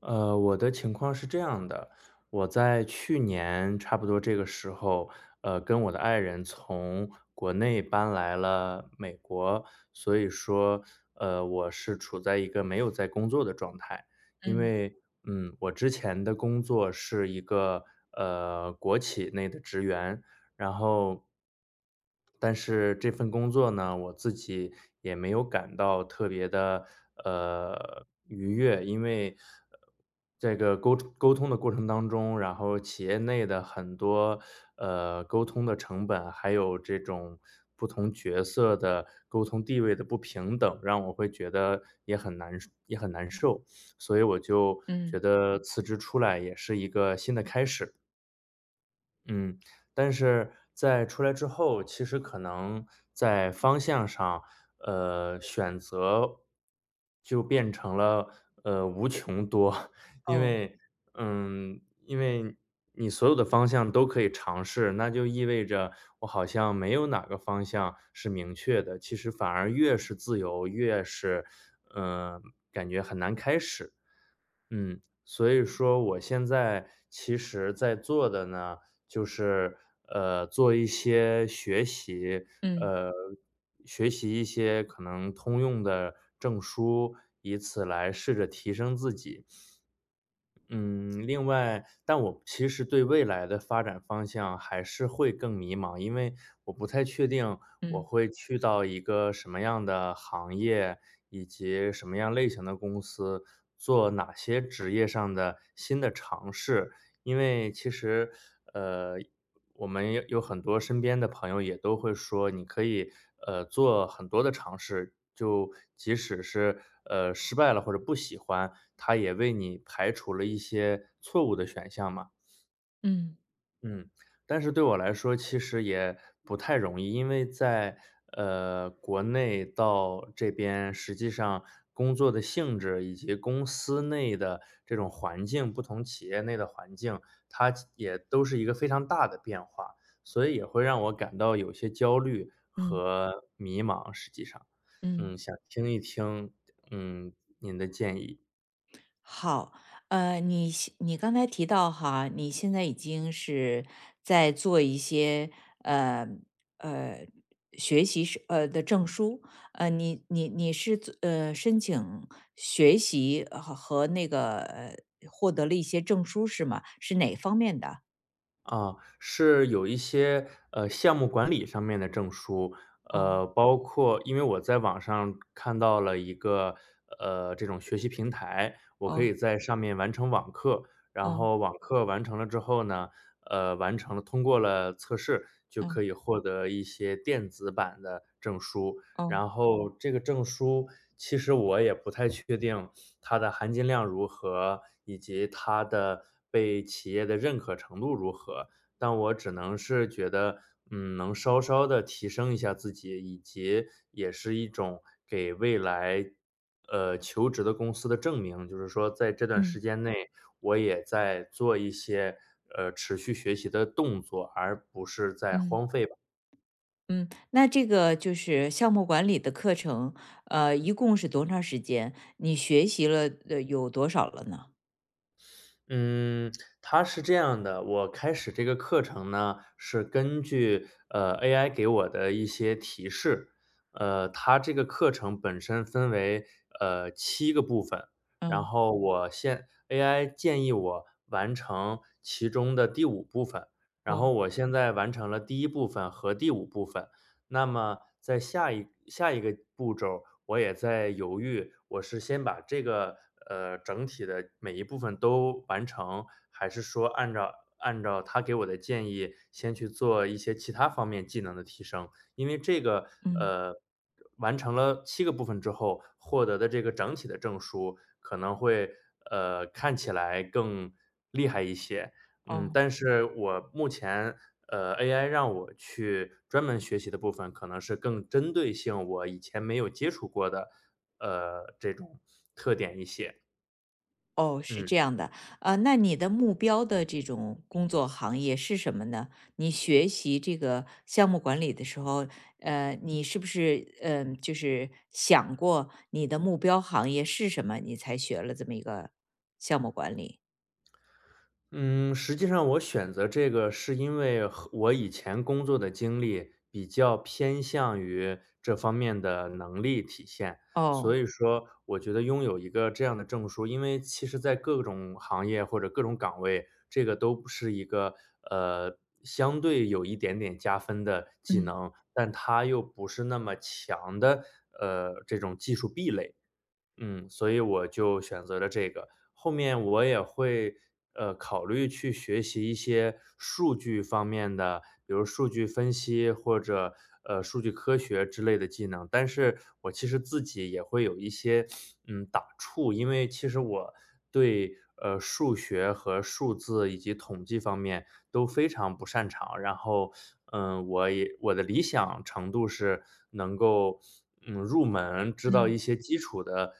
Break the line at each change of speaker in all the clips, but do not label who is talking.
我的情况是这样的，我在去年差不多这个时候，跟我的爱人从国内搬来了美国，所以说，我是处在一个没有在工作的状态。因
嗯
为，我之前的工作是一个国企内的职员，然后但是这份工作呢，我自己也没有感到特别的愉悦。因为，呃，这个沟通的过程当中，然后企业内的很多，沟通的成本，还有这种不同角色的沟通地位的不平等，让我会觉得也很难也很难受。所以我就
嗯，
觉得辞职出来也是一个新的开始。嗯，但是在出来之后，其实可能在方向上，选择就变成了无穷多，因
哦，
为因为你所有的方向都可以尝试，那就意味着我好像没有哪个方向是明确的，其实反而越是自由，越是嗯、呃感觉很难开始。所以说我现在其实在做的呢，就是做一些学习，
嗯
呃，学习一些可能通用的证书，以此来试着提升自己。嗯，另外，但我其实对未来的发展方向还是会更迷茫，因为我不太确定我
嗯
会去到一个什么样的行业，以及什么样类型的公司，做哪些职业上的新的尝试。因为其实，呃，我们有很多身边的朋友也都会说，你可以做很多的尝试，就即使是失败了或者不喜欢，它也为你排除了一些错误的选项嘛。
嗯
嗯，但是对我来说其实也不太容易，因为在，国内到这边，实际上工作的性质以及公司内的这种环境，不同企业内的环境，它也都是一个非常大的变化，所以也会让我感到有些焦虑
嗯
和迷茫，实际上。
嗯，
想听一听，嗯，您的建议。
好，你刚才提到哈，你现在已经是在做一些呃呃学习的证书，你是做申请学习和那个获得了一些证书是吗？是哪方面的？
啊，是有一些，项目管理上面的证书，
哦
包括因为我在网上看到了一个，这种学习平台，我可以
哦
在上面完成网课，然
哦
后网课完成了之后呢，完成了通过了测试，就
哦
可以获得一些电子版的证书。
哦，
然后这个证书其实我也不太确定，它的含金量如何，以及它的被企业的认可程度如何。但我只能是觉得，能稍稍的提升一下自己，以及也是一种给未来，求职的公司的证明。就是说在这段时
嗯
间内，我也在做一些，持续学习的动作，而不是在
嗯。
荒废。
嗯，那这个就是项目管理的课程，一共是多长时间？你学习了，有多少了呢？
嗯，它是这样的，我开始这个课程呢，是根据，AI 给我的一些提示。它这个课程本身分为，七个部分，然
嗯，
后AI 建议我完成其中的第5部分，然
哦，
后我现在完成了第1部分和第5部分。那么在下一个步骤我也在犹豫，我是先把这个整体的每一部分都完成，还是说按照他给我的建议，先去做一些其他方面技能的提升？因为这个
嗯，
呃完成了七个部分之后，获得的这个整体的证书可能会看起来更厉害一些。嗯，
哦，
但是我目前，AI 让我去专门学习的部分，可能是更针对性，我以前没有接触过的，这种特点一些，
哦，是
嗯。
这样的。那你的目标的这种工作行业是什么呢？你学习这个项目管理的时候，你是不是，就是想过你的目标行业是什么，你才学了这么一个项目管理？
嗯，实际上我选择这个是因为和我以前工作的经历比较偏向于这方面的能力体现，所
哦，
以说我觉得拥有一个这样的证书，因为其实在各种行业或者各种岗位，这个都不是一个相对有一点点加分的技
嗯
能，但它又不是那么强的这种技术壁垒，所以我就选择了这个。后面我也会，考虑去学习一些数据方面的，比如数据分析或者，数据科学之类的技能。但是我其实自己也会有一些，打怵，因为其实我对，数学和数字以及统计方面都非常不擅长。然后，我的理想程度是能够，入门，知道一
嗯
些基础的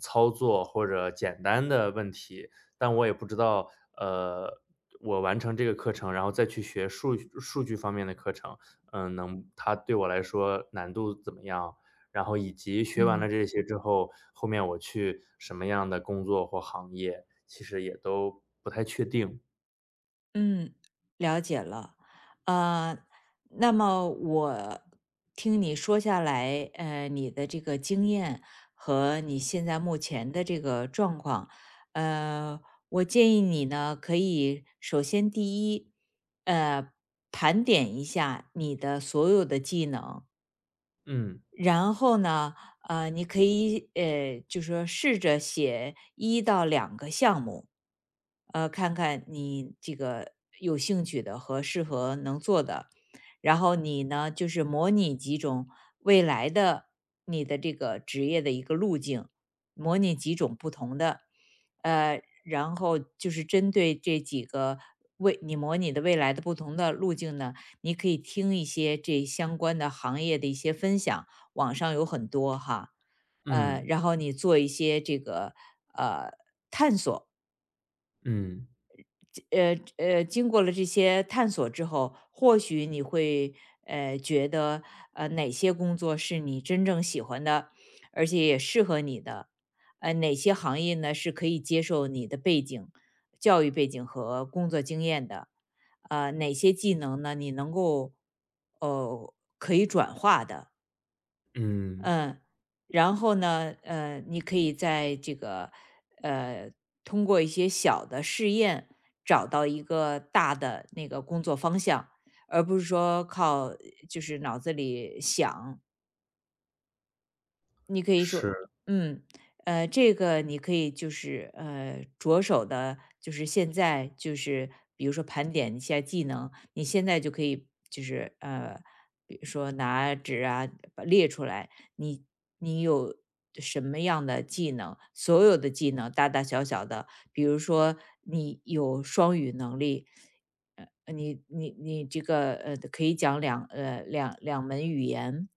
操作或者简单的问题，但我也不知道，呃，我完成这个课程，然后再去学数据方面的课程，它对我来说难度怎么样？然后以及学完了
嗯。
这些之后，后面我去什么样的工作或行业，其实也都不太确定。
嗯，了解了。呃，那么我听你说下来，你的这个经验和你现在目前的这个状况，呃，我建议你呢，可以首先第一，呃，盘点一下你的所有的技能，
嗯
然后呢，你可以就说试着写一到两个项目，看看你这个有兴趣的和适合能做的。然后你呢，就是模拟几种未来的你的这个职业的一个路径，模拟几种不同的，然后就是针对这几个未你模拟的未来的不同的路径呢，你可以听一些这相关的行业的一些分享。网上有很多哈，
嗯
然后你做一些这个呃探索，
嗯
经过了这些探索之后，或许你会觉得哪些工作是你真正喜欢的，而且也适合你的，哪些行业呢是可以接受你的背景、教育背景和工作经验的，哪些技能呢你能够哦可以转化的，
嗯，
嗯，然后呢，你可以在这个呃，通过一些小的试验找到一个大的那个工作方向，而不是说靠就是脑子里想，你可以说，
是，
嗯，这个你可以就是着手的，就是现在就是比如说盘点一下技能，你现在就可以就是比如说拿纸啊把列出来，你你有什么样的技能，所有的技能大大小小的，比如说你有双语能力，你这个可以讲两门语言，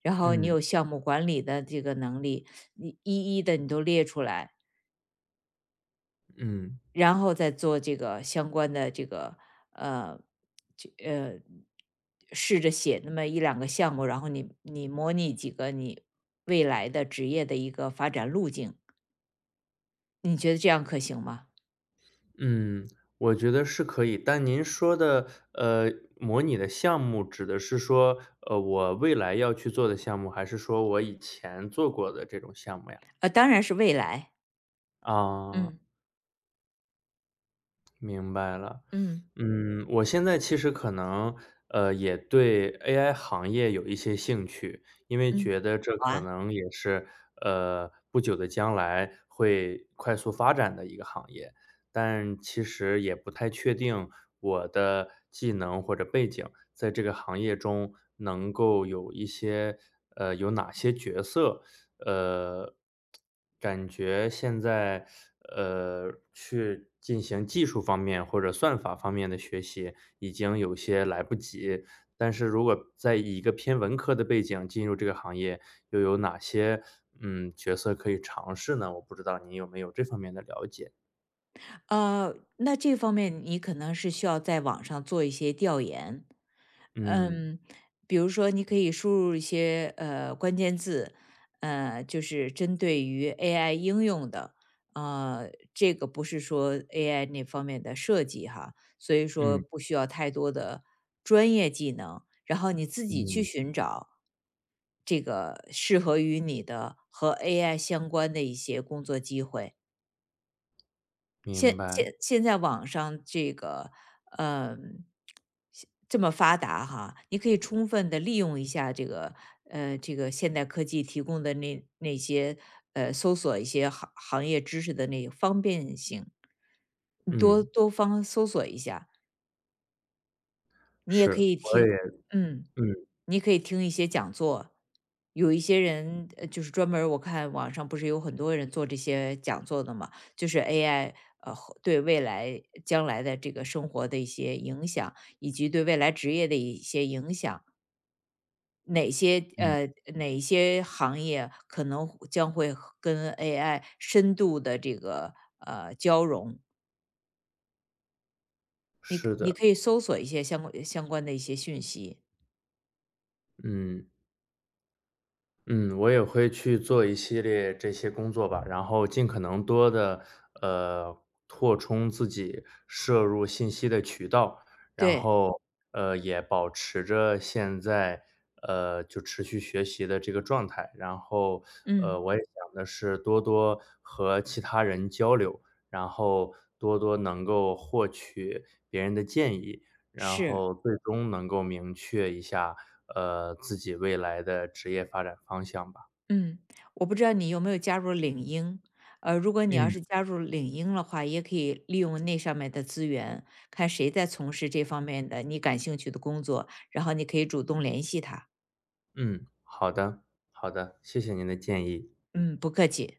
然后你
嗯
有项目管理的这个能力，你一一的你都列出来，
嗯。
然后再做这个相关的这个呃这呃试着写那么一两个项目，然后你模拟几个你未来的职业的一个发展路径，你觉得这样可行吗？
嗯，我觉得是可以，但您说的，呃，模拟的项目指的是说，我未来要去做的项目，还是说我以前做过的这种项目呀？
当然是未来，
啊。
嗯
明白了，
嗯。
我现在其实可能，也对 AI 行业有一些兴趣，因为
嗯，
觉得这
好
可
啊。
能也是，不久的将来会快速发展的一个行业，但其实也不太确定我的技能或者背景在这个行业中能够有一些，有哪些角色，呃，感觉现在，去进行技术方面或者算法方面的学习已经有些来不及。但是如果在一个偏文科的背景进入这个行业，又有哪些，角色可以尝试呢？我不知道你有没有这方面的了解。
那这方面你可能是需要在网上做一些调研，
嗯，
嗯，比如说你可以输入一些关键字，就是针对于 AI 应用的，呃，这个不是说 AI 那方面的设计哈，所以说
嗯，
不需要太多的专业技能，然后你自己去
嗯，
寻找这个适合于你的和 AI 相关的一些工作机会。
明
现
白。
现现在网上这个，嗯这么发达哈，你可以充分的利用一下这个，这个现代科技提供的那些，搜索一些行业知识的那个方便性，你多
嗯，
多方搜索一下。你也可
是，
以
我也
听嗯，
嗯，
你可以听一些讲座。有一些人，就是专门儿我看网上不是有很多人做这些讲座的嘛，就是 AI,呃，对未来将来的这个生活的一些影响，以及对未来职业的一些影响。哪些
嗯，
呃，哪一些行业可能会将会和跟 AI 深度的这个，交融。你
是
你
的，
可以搜索一些相关的一些讯息。
嗯。嗯，我也会去做一系列这些工作吧，然后尽可能多的呃，扩充自己摄入信息的渠道，然
对，
后，也保持着现在，就持续学习的这个状态。然后，
嗯，
我也想的是多多和其他人交流，然后多多能够获取别人的建议。然
是。
后最终能够明确一下，自己未来的职业发展方向吧。
嗯，我不知道你有没有加入领英。如果你要
嗯。
是加入领英的话，也可以利用那上面的资源，看谁在从事这方面的你感兴趣的工作，然后你可以主动联系他。
嗯，好的，好的，谢谢您的建议。
嗯，不客气。